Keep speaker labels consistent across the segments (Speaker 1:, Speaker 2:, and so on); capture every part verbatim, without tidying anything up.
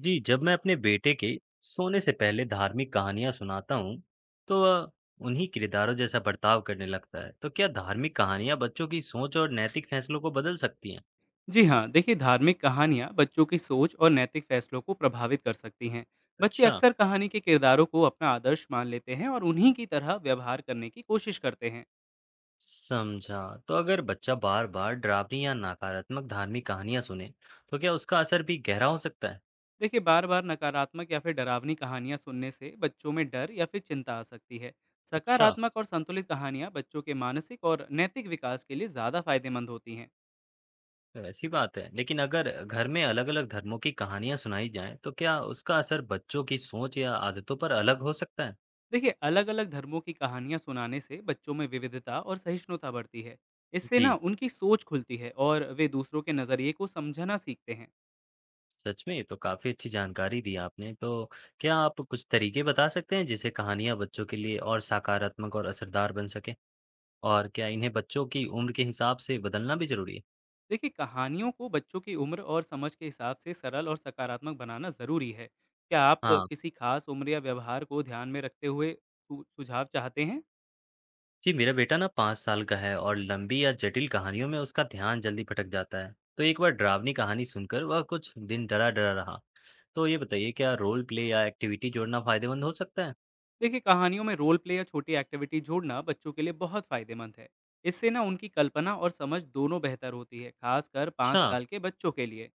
Speaker 1: जी, जब मैं अपने बेटे के सोने से पहले धार्मिक कहानियां सुनाता हूँ, तो वह उन्हीं किरदारों जैसा बर्ताव करने लगता है। तो क्या धार्मिक कहानियां बच्चों की सोच और नैतिक फैसलों को बदल सकती हैं?
Speaker 2: जी हाँ, देखिए धार्मिक कहानियाँ बच्चों की सोच और नैतिक फैसलों को प्रभावित कर सकती हैं। बच्चे
Speaker 1: अच्छा,
Speaker 2: अक्सर कहानी के किरदारों को अपना आदर्श मान लेते हैं और उन्हीं की तरह व्यवहार करने की कोशिश करते हैं।
Speaker 1: समझा। तो अगर बच्चा बार-बार डरावनी या नकारात्मक धार्मिक कहानियां सुने, तो क्या उसका असर भी गहरा हो सकता है?
Speaker 2: देखिए बार बार नकारात्मक या फिर डरावनी कहानियाँ सुनने से बच्चों में डर या फिर चिंता आ सकती है।
Speaker 1: अच्छा,
Speaker 2: सकारात्मक और संतुलित कहानियाँ बच्चों के मानसिक और नैतिक विकास के लिए ज़्यादा फायदेमंद होती हैं।
Speaker 1: तो ऐसी बात है। लेकिन अगर घर में अलग-अलग धर्मों की कहानियां सुनाई जाएं, तो क्या उसका असर बच्चों की सोच या आदतों पर अलग हो सकता है?
Speaker 2: देखिए अलग अलग धर्मों की कहानियां सुनाने से बच्चों में विविधता और सहिष्णुता बढ़ती है। इससे ना
Speaker 1: जी
Speaker 2: उनकी सोच खुलती है और वे दूसरों के नजरिए को समझना सीखते हैं।
Speaker 1: सच में ये तो काफ़ी अच्छी जानकारी दी आपने। तो क्या आप कुछ तरीके बता सकते हैं जिससे कहानियाँ बच्चों के लिए और सकारात्मक और असरदार बन सकें? और क्या इन्हें बच्चों की उम्र के हिसाब से बदलना भी ज़रूरी है?
Speaker 2: देखिए कहानियों को बच्चों की उम्र और समझ के हिसाब से सरल और सकारात्मक बनाना जरूरी है। क्या आप
Speaker 1: हाँ,
Speaker 2: किसी खास उम्र या व्यवहार को ध्यान में रखते हुए सु- सुझाव चाहते हैं?
Speaker 1: जी मेरा बेटा ना पाँच साल का है और लंबी या जटिल कहानियों में उसका ध्यान जल्दी भटक जाता है। तो एक बार डरावनी कहानी सुनकर वह कुछ दिन डरा-डरा रहा। तो ये बताइए क्या रोल प्ले या एक्टिविटी जोड़ना फ़ायदेमंद हो सकता है?
Speaker 2: देखिए कहानियों में रोल प्ले या छोटी एक्टिविटी जोड़ना बच्चों के लिए बहुत फायदेमंद है। इससे ना उनकी कल्पना और समझ दोनों बेहतर होती है, खासकर पाँच
Speaker 1: अच्छा।
Speaker 2: साल के बच्चों के लिए।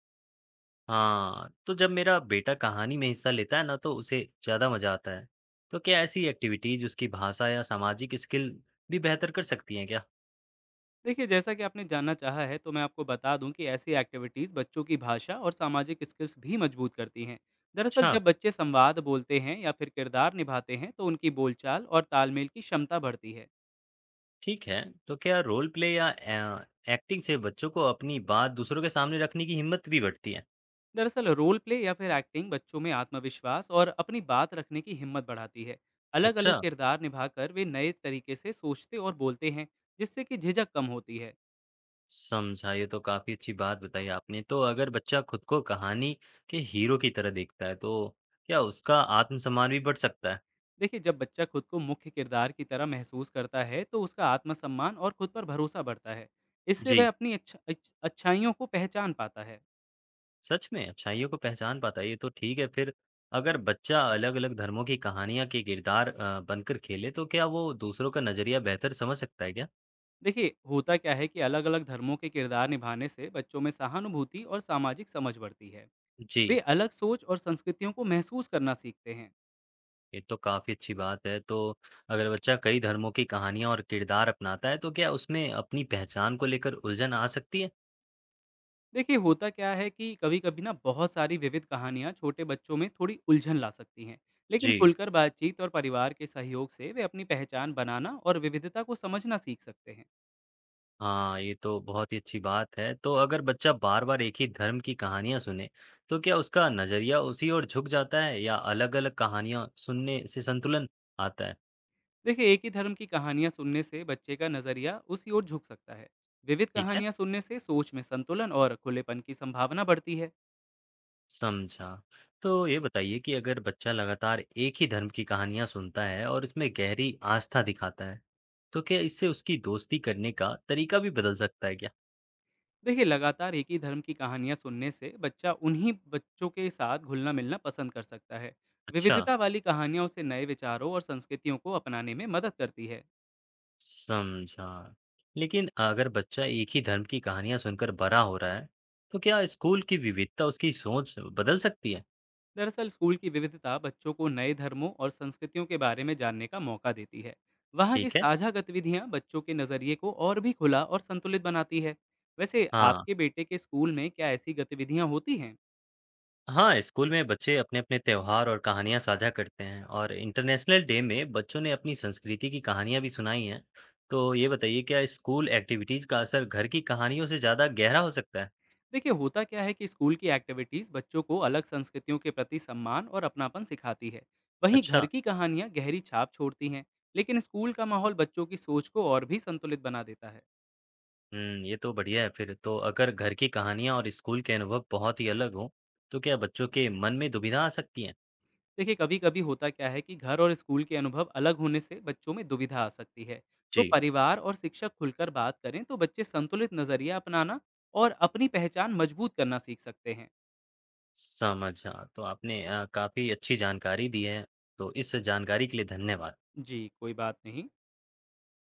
Speaker 1: हाँ, तो जब मेरा बेटा कहानी में हिस्सा लेता है ना तो उसे ज़्यादा मज़ा आता है। तो क्या ऐसी एक्टिविटीज उसकी भाषा या सामाजिक स्किल भी बेहतर कर सकती हैं क्या?
Speaker 2: देखिए जैसा कि आपने जानना चाहा है तो मैं आपको बता दूं कि ऐसी एक्टिविटीज़ बच्चों की भाषा और सामाजिक स्किल्स भी मजबूत करती हैं। दरअसल
Speaker 1: अच्छा,
Speaker 2: जब बच्चे संवाद बोलते हैं या फिर किरदार निभाते हैं तो उनकी बोलचाल और तालमेल की क्षमता बढ़ती है।
Speaker 1: ठीक है। तो क्या रोल प्ले या एक्टिंग से बच्चों को अपनी बात दूसरों के सामने रखने की हिम्मत भी बढ़ती है?
Speaker 2: दरअसल रोल प्ले या फिर एक्टिंग बच्चों में आत्मविश्वास और अपनी बात रखने की हिम्मत बढ़ाती है। अलग अलग
Speaker 1: अच्छा,
Speaker 2: किरदार निभाकर वे नए तरीके से सोचते और बोलते हैं, जिससे कि झिझक कम होती है।
Speaker 1: समझा। ये तो काफ़ी अच्छी बात बताई आपने। तो अगर बच्चा खुद को कहानी के हीरो की तरह देखता है तो क्या उसका आत्मसम्मान भी बढ़ सकता है?
Speaker 2: देखिए जब बच्चा खुद को मुख्य किरदार की तरह महसूस करता है तो उसका आत्मसम्मान और खुद पर भरोसा बढ़ता है। इससे वह
Speaker 1: जी।
Speaker 2: अपनी अच्छा, अच्छ- अच्छाइयों को पहचान पाता है।
Speaker 1: सच में? अच्छाइयों को पहचान पाता है, ये तो ठीक है। फिर अगर बच्चा अलग-अलग धर्मों की कहानियाँ के किरदार अ, बनकर खेले, तो क्या वो दूसरों का नज़रिया बेहतर समझ सकता है क्या?
Speaker 2: देखिए होता क्या है कि अलग अलग धर्मों के किरदार निभाने से बच्चों में सहानुभूति और सामाजिक समझ बढ़ती है। वे
Speaker 1: जी,
Speaker 2: अलग सोच और संस्कृतियों को महसूस करना सीखते हैं।
Speaker 1: ये तो काफ़ी अच्छी बात है। तो अगर बच्चा कई धर्मों की कहानियाँ और किरदार अपनाता है, तो क्या उसमें अपनी पहचान को लेकर उलझन आ सकती है?
Speaker 2: देखिए होता क्या है कि कभी कभी ना बहुत सारी विविध कहानियाँ छोटे बच्चों में थोड़ी उलझन ला सकती हैं। लेकिन
Speaker 1: जी,
Speaker 2: खुलकर बातचीत और परिवार के सहयोग से वे अपनी पहचान बनाना और विविधता को समझना सीख सकते हैं।
Speaker 1: हाँ, ये तो बहुत ही अच्छी बात है। तो अगर बच्चा बार-बार एक ही धर्म की कहानियाँ सुने, तो क्या उसका नज़रिया उसी ओर झुक जाता है या अलग-अलग कहानियाँ सुनने से संतुलन आता है?
Speaker 2: देखिए एक ही धर्म की कहानियां सुनने से बच्चे का नजरिया उसी ओर झुक सकता है। विविध
Speaker 1: ठीक है।
Speaker 2: कहानियां सुनने से सोच में संतुलन और खुलेपन की संभावना बढ़ती है।
Speaker 1: समझा। तो ये बताइए कि अगर बच्चा लगातार एक ही धर्म की कहानियाँ सुनता है और इसमें गहरी आस्था दिखाता है, तो क्या इससे उसकी दोस्ती करने का तरीका भी बदल सकता है क्या?
Speaker 2: देखिए लगातार एक ही धर्म की कहानियां सुनने से बच्चा उन्हीं बच्चों के साथ घुलना मिलना पसंद कर सकता है।
Speaker 1: अच्छा,
Speaker 2: विविधता वाली कहानियां उसे नए विचारों और संस्कृतियों को अपनाने में मदद करती है।
Speaker 1: समझा। लेकिन अगर बच्चा एक ही धर्म की कहानियाँ सुनकर बड़ा हो रहा है, तो क्या स्कूल की विविधता उसकी सोच बदल सकती है?
Speaker 2: दरअसल स्कूल की विविधता बच्चों को नए धर्मों और संस्कृतियों के बारे में जानने का मौका देती है। वहाँ की
Speaker 1: ठीक है।
Speaker 2: साझा गतिविधियाँ बच्चों के नज़रिए को और भी खुला और संतुलित बनाती है। वैसे
Speaker 1: हाँ।
Speaker 2: आपके बेटे के स्कूल में क्या ऐसी गतिविधियाँ होती हैं?
Speaker 1: हाँ, स्कूल में बच्चे अपने-अपने त्योहार और कहानियाँ साझा करते हैं और इंटरनेशनल डे में बच्चों ने अपनी संस्कृति की कहानियाँ भी सुनाई हैं। तो ये बताइए क्या स्कूल एक्टिविटीज़ का असर घर की कहानियों से ज़्यादा गहरा हो सकता है?
Speaker 2: देखिए होता क्या है कि स्कूल की एक्टिविटीज़ बच्चों को अलग संस्कृतियों के प्रति सम्मान और अपनापन सिखाती है। वहीं घर
Speaker 1: अच्छा,
Speaker 2: की कहानियाँ गहरी छाप छोड़ती हैं, लेकिन स्कूल का माहौल बच्चों की सोच को और भी संतुलित बना देता है।
Speaker 1: हुँ, ये तो बढ़िया है फिर। तो अगर घर की कहानियाँ और स्कूल के अनुभव बहुत ही अलग हों, तो क्या बच्चों के मन में दुविधा आ सकती है?
Speaker 2: देखिए कभी-कभी होता क्या है कि घर और स्कूल के अनुभव अलग होने से बच्चों में दुविधा आ सकती है। तो
Speaker 1: जी,
Speaker 2: परिवार और शिक्षक खुलकर बात करें तो बच्चे संतुलित नज़रिया अपनाना और अपनी पहचान मजबूत करना सीख सकते हैं।
Speaker 1: समझा। तो आपने अ, काफ़ी अच्छी जानकारी दी है, तो इस जानकारी के लिए धन्यवाद।
Speaker 2: जी, कोई बात नहीं।